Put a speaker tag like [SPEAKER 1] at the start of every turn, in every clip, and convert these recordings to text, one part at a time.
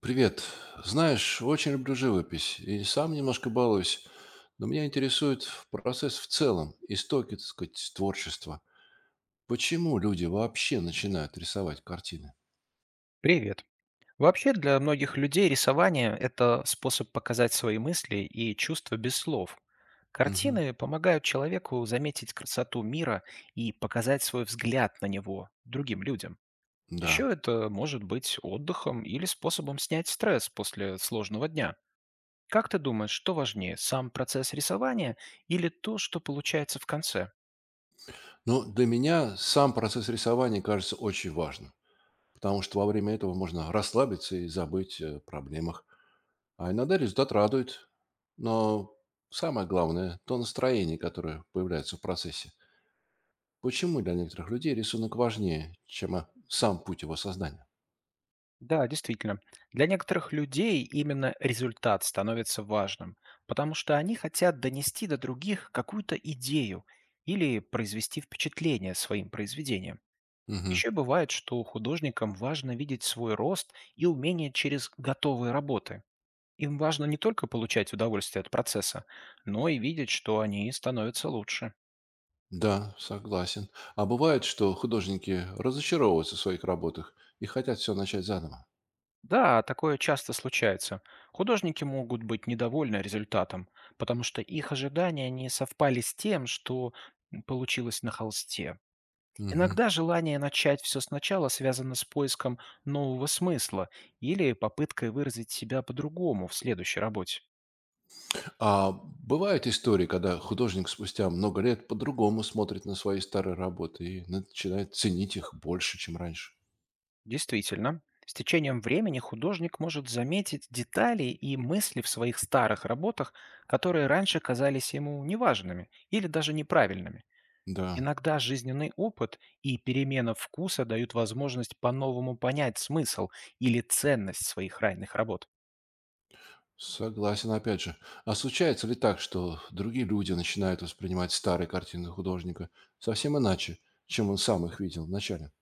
[SPEAKER 1] Привет. Знаешь, очень люблю живопись и сам немножко балуюсь, но меня интересует процесс в целом, истоки, так сказать, творчества. Почему люди вообще начинают рисовать картины?
[SPEAKER 2] Привет. Вообще для многих людей рисование– это способ показать свои мысли и чувства без слов.
[SPEAKER 1] Мгм.
[SPEAKER 2] Картины помогают человеку заметить красоту мира и показать свой взгляд на него другим людям.
[SPEAKER 1] Да.
[SPEAKER 2] Еще это может быть отдыхом или способом снять стресс после сложного дня. Как ты думаешь, что важнее, сам процесс рисования или то, что получается в конце?
[SPEAKER 1] Ну, для меня сам процесс рисования кажется очень важным, потому что во время этого можно расслабиться и забыть о проблемах. А иногда результат радует. Но самое главное– то настроение, которое появляется в процессе. Почему для некоторых людей рисунок важнее, чем сам путь его создания?
[SPEAKER 2] Да, действительно. Для некоторых людей именно результат становится важным, потому что они хотят донести до других какую-то идею или произвести впечатление своим произведением.
[SPEAKER 1] Мгм.
[SPEAKER 2] Еще бывает, что художникам важно видеть свой рост и умение через готовые работы. Им важно не только получать удовольствие от процесса, но и видеть, что они становятся лучше.
[SPEAKER 1] Да, согласен. А бывает, что художники разочаровываются в своих работах и хотят все начать заново.
[SPEAKER 2] Да, такое часто случается. Художники могут быть недовольны результатом, потому что их ожидания не совпали с тем, что получилось на холсте.
[SPEAKER 1] Мгм.
[SPEAKER 2] Иногда желание начать все сначала связано с поиском нового смысла или попыткой выразить себя по-другому в следующей работе.
[SPEAKER 1] А бывают истории, когда художник спустя много лет по-другому смотрит на свои старые работы и начинает ценить их больше, чем раньше.
[SPEAKER 2] Действительно, с течением времени художник может заметить детали и мысли в своих старых работах, которые раньше казались ему неважными или даже неправильными.
[SPEAKER 1] Да,
[SPEAKER 2] Иногда жизненный опыт и перемена вкуса дают возможность по-новому понять смысл или ценность своих ранних работ.
[SPEAKER 1] согласен опять же. А случается ли так, что другие люди начинают воспринимать старые картины художника совсем иначе, чем он сам их видел вначале?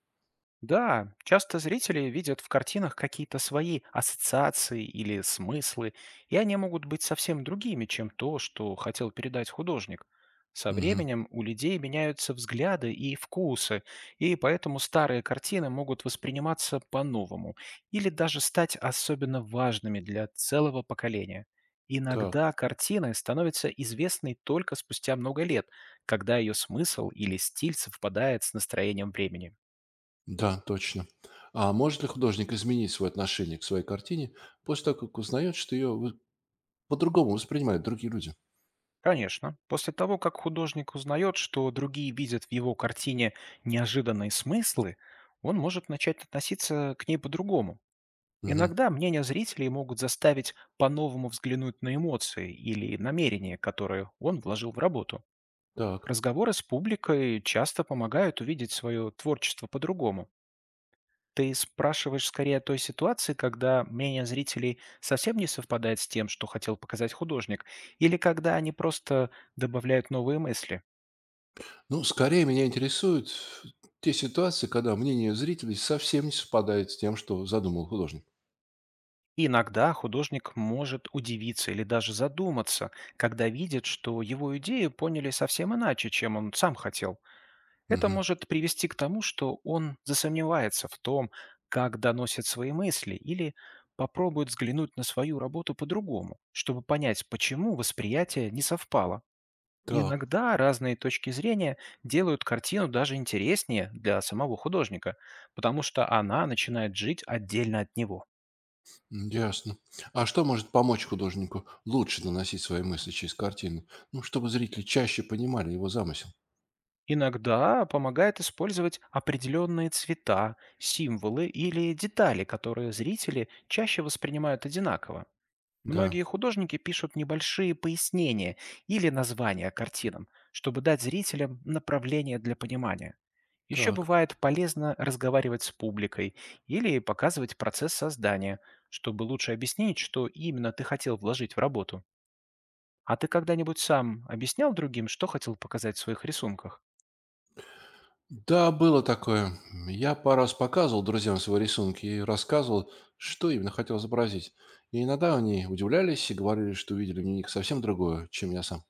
[SPEAKER 2] Да, часто зрители видят в картинах какие-то свои ассоциации или смыслы, и они могут быть совсем другими, чем то, что хотел передать художник. Со
[SPEAKER 1] Мгм.
[SPEAKER 2] временем у людей меняются взгляды и вкусы, и поэтому старые картины могут восприниматься по-новому или даже стать особенно важными для целого поколения.
[SPEAKER 1] Так,
[SPEAKER 2] Иногда картина становится известной только спустя много лет, когда ее смысл или стиль совпадает с настроением времени.
[SPEAKER 1] да, точно. А может ли художник изменить свое отношение к своей картине после того, как узнает, что ее по-другому воспринимают другие люди?
[SPEAKER 2] Конечно. После того, как художник узнает, что другие видят в его картине неожиданные смыслы, он может начать относиться к ней по-другому.
[SPEAKER 1] Мгм.
[SPEAKER 2] Иногда мнения зрителей могут заставить по-новому взглянуть на эмоции или намерения, которые он вложил в работу.
[SPEAKER 1] Так.
[SPEAKER 2] Разговоры с публикой часто помогают увидеть свое творчество по-другому. Ты спрашиваешь скорее о той ситуации, когда мнение зрителей совсем не совпадает с тем, что хотел показать художник, или когда они просто добавляют новые мысли?
[SPEAKER 1] Ну, скорее меня интересуют те ситуации, когда мнение зрителей совсем не совпадает с тем, что задумал художник.
[SPEAKER 2] Иногда художник может удивиться или даже задуматься, когда видит, что его идеи поняли совсем иначе, чем он сам хотел. Это
[SPEAKER 1] Мгм.
[SPEAKER 2] может привести к тому, что он засомневается в том, как доносит свои мысли, или попробует взглянуть на свою работу по-другому, чтобы понять, почему восприятие не совпало.
[SPEAKER 1] Так,
[SPEAKER 2] Иногда разные точки зрения делают картину даже интереснее для самого художника, потому что она начинает жить отдельно от него.
[SPEAKER 1] м, ясно. А что может помочь художнику лучше наносить свои мысли через картины? Ну, чтобы зрители чаще понимали его замысел.
[SPEAKER 2] Иногда помогает использовать определенные цвета, символы или детали, которые зрители чаще воспринимают одинаково.
[SPEAKER 1] Да,
[SPEAKER 2] Многие художники пишут небольшие пояснения или названия картинам, чтобы дать зрителям направление для понимания. Еще
[SPEAKER 1] так.
[SPEAKER 2] бывает полезно разговаривать с публикой или показывать процесс создания, чтобы лучше объяснить, что именно ты хотел вложить в работу. А ты когда-нибудь сам объяснял другим, что хотел показать в своих рисунках?
[SPEAKER 1] Да, было такое. Я пару раз показывал друзьям свои рисунки и рассказывал, что именно хотел изобразить. И иногда они удивлялись и говорили, что увидели в них совсем другое, чем я сам.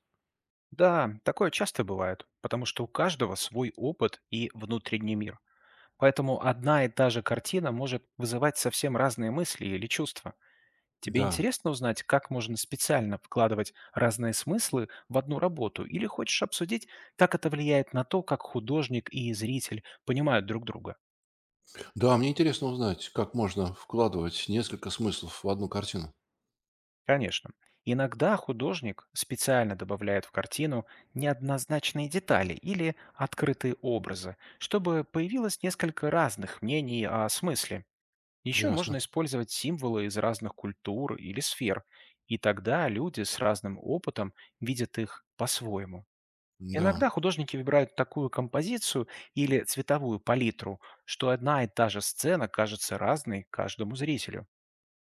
[SPEAKER 2] Да, такое часто бывает, потому что у каждого свой опыт и внутренний мир. Поэтому одна и та же картина может вызывать совсем разные мысли или чувства. Тебе
[SPEAKER 1] Да.
[SPEAKER 2] интересно узнать, как можно специально вкладывать разные смыслы в одну работу? Или хочешь обсудить, как это влияет на то, как художник и зритель понимают друг друга?
[SPEAKER 1] Да, мне интересно узнать, как можно вкладывать несколько смыслов в одну картину.
[SPEAKER 2] Конечно. Иногда художник специально добавляет в картину неоднозначные детали или открытые образы, чтобы появилось несколько разных мнений о смысле. Еще
[SPEAKER 1] Ясно.
[SPEAKER 2] можно использовать символы из разных культур или сфер, и тогда люди с разным опытом видят их по-своему. Иногда
[SPEAKER 1] Да.
[SPEAKER 2] художники выбирают такую композицию или цветовую палитру, что одна и та же сцена кажется разной каждому зрителю.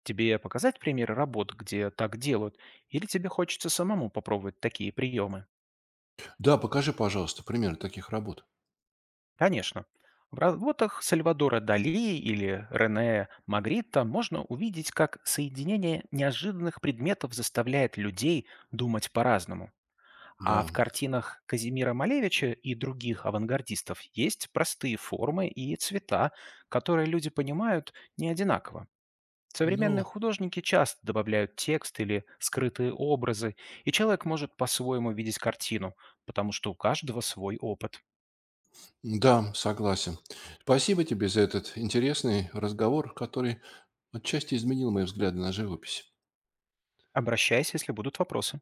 [SPEAKER 2] Тебе показать примеры работ, где так делают, или тебе хочется самому попробовать такие приемы?
[SPEAKER 1] Да, покажи, пожалуйста, примеры таких работ.
[SPEAKER 2] Конечно. В работах Сальвадора Дали или Рене Магрита можно увидеть, как соединение неожиданных предметов заставляет людей думать по-разному. А
[SPEAKER 1] Да.
[SPEAKER 2] в картинах Казимира Малевича и других авангардистов есть простые формы и цвета, которые люди понимают не одинаково. Современные
[SPEAKER 1] Ну,
[SPEAKER 2] художники часто добавляют текст или скрытые образы, и человек может по-своему видеть картину, потому что у каждого свой опыт.
[SPEAKER 1] да, согласен. Спасибо тебе за этот интересный разговор, который отчасти изменил мои взгляды на живопись.
[SPEAKER 2] Обращайся, если будут вопросы.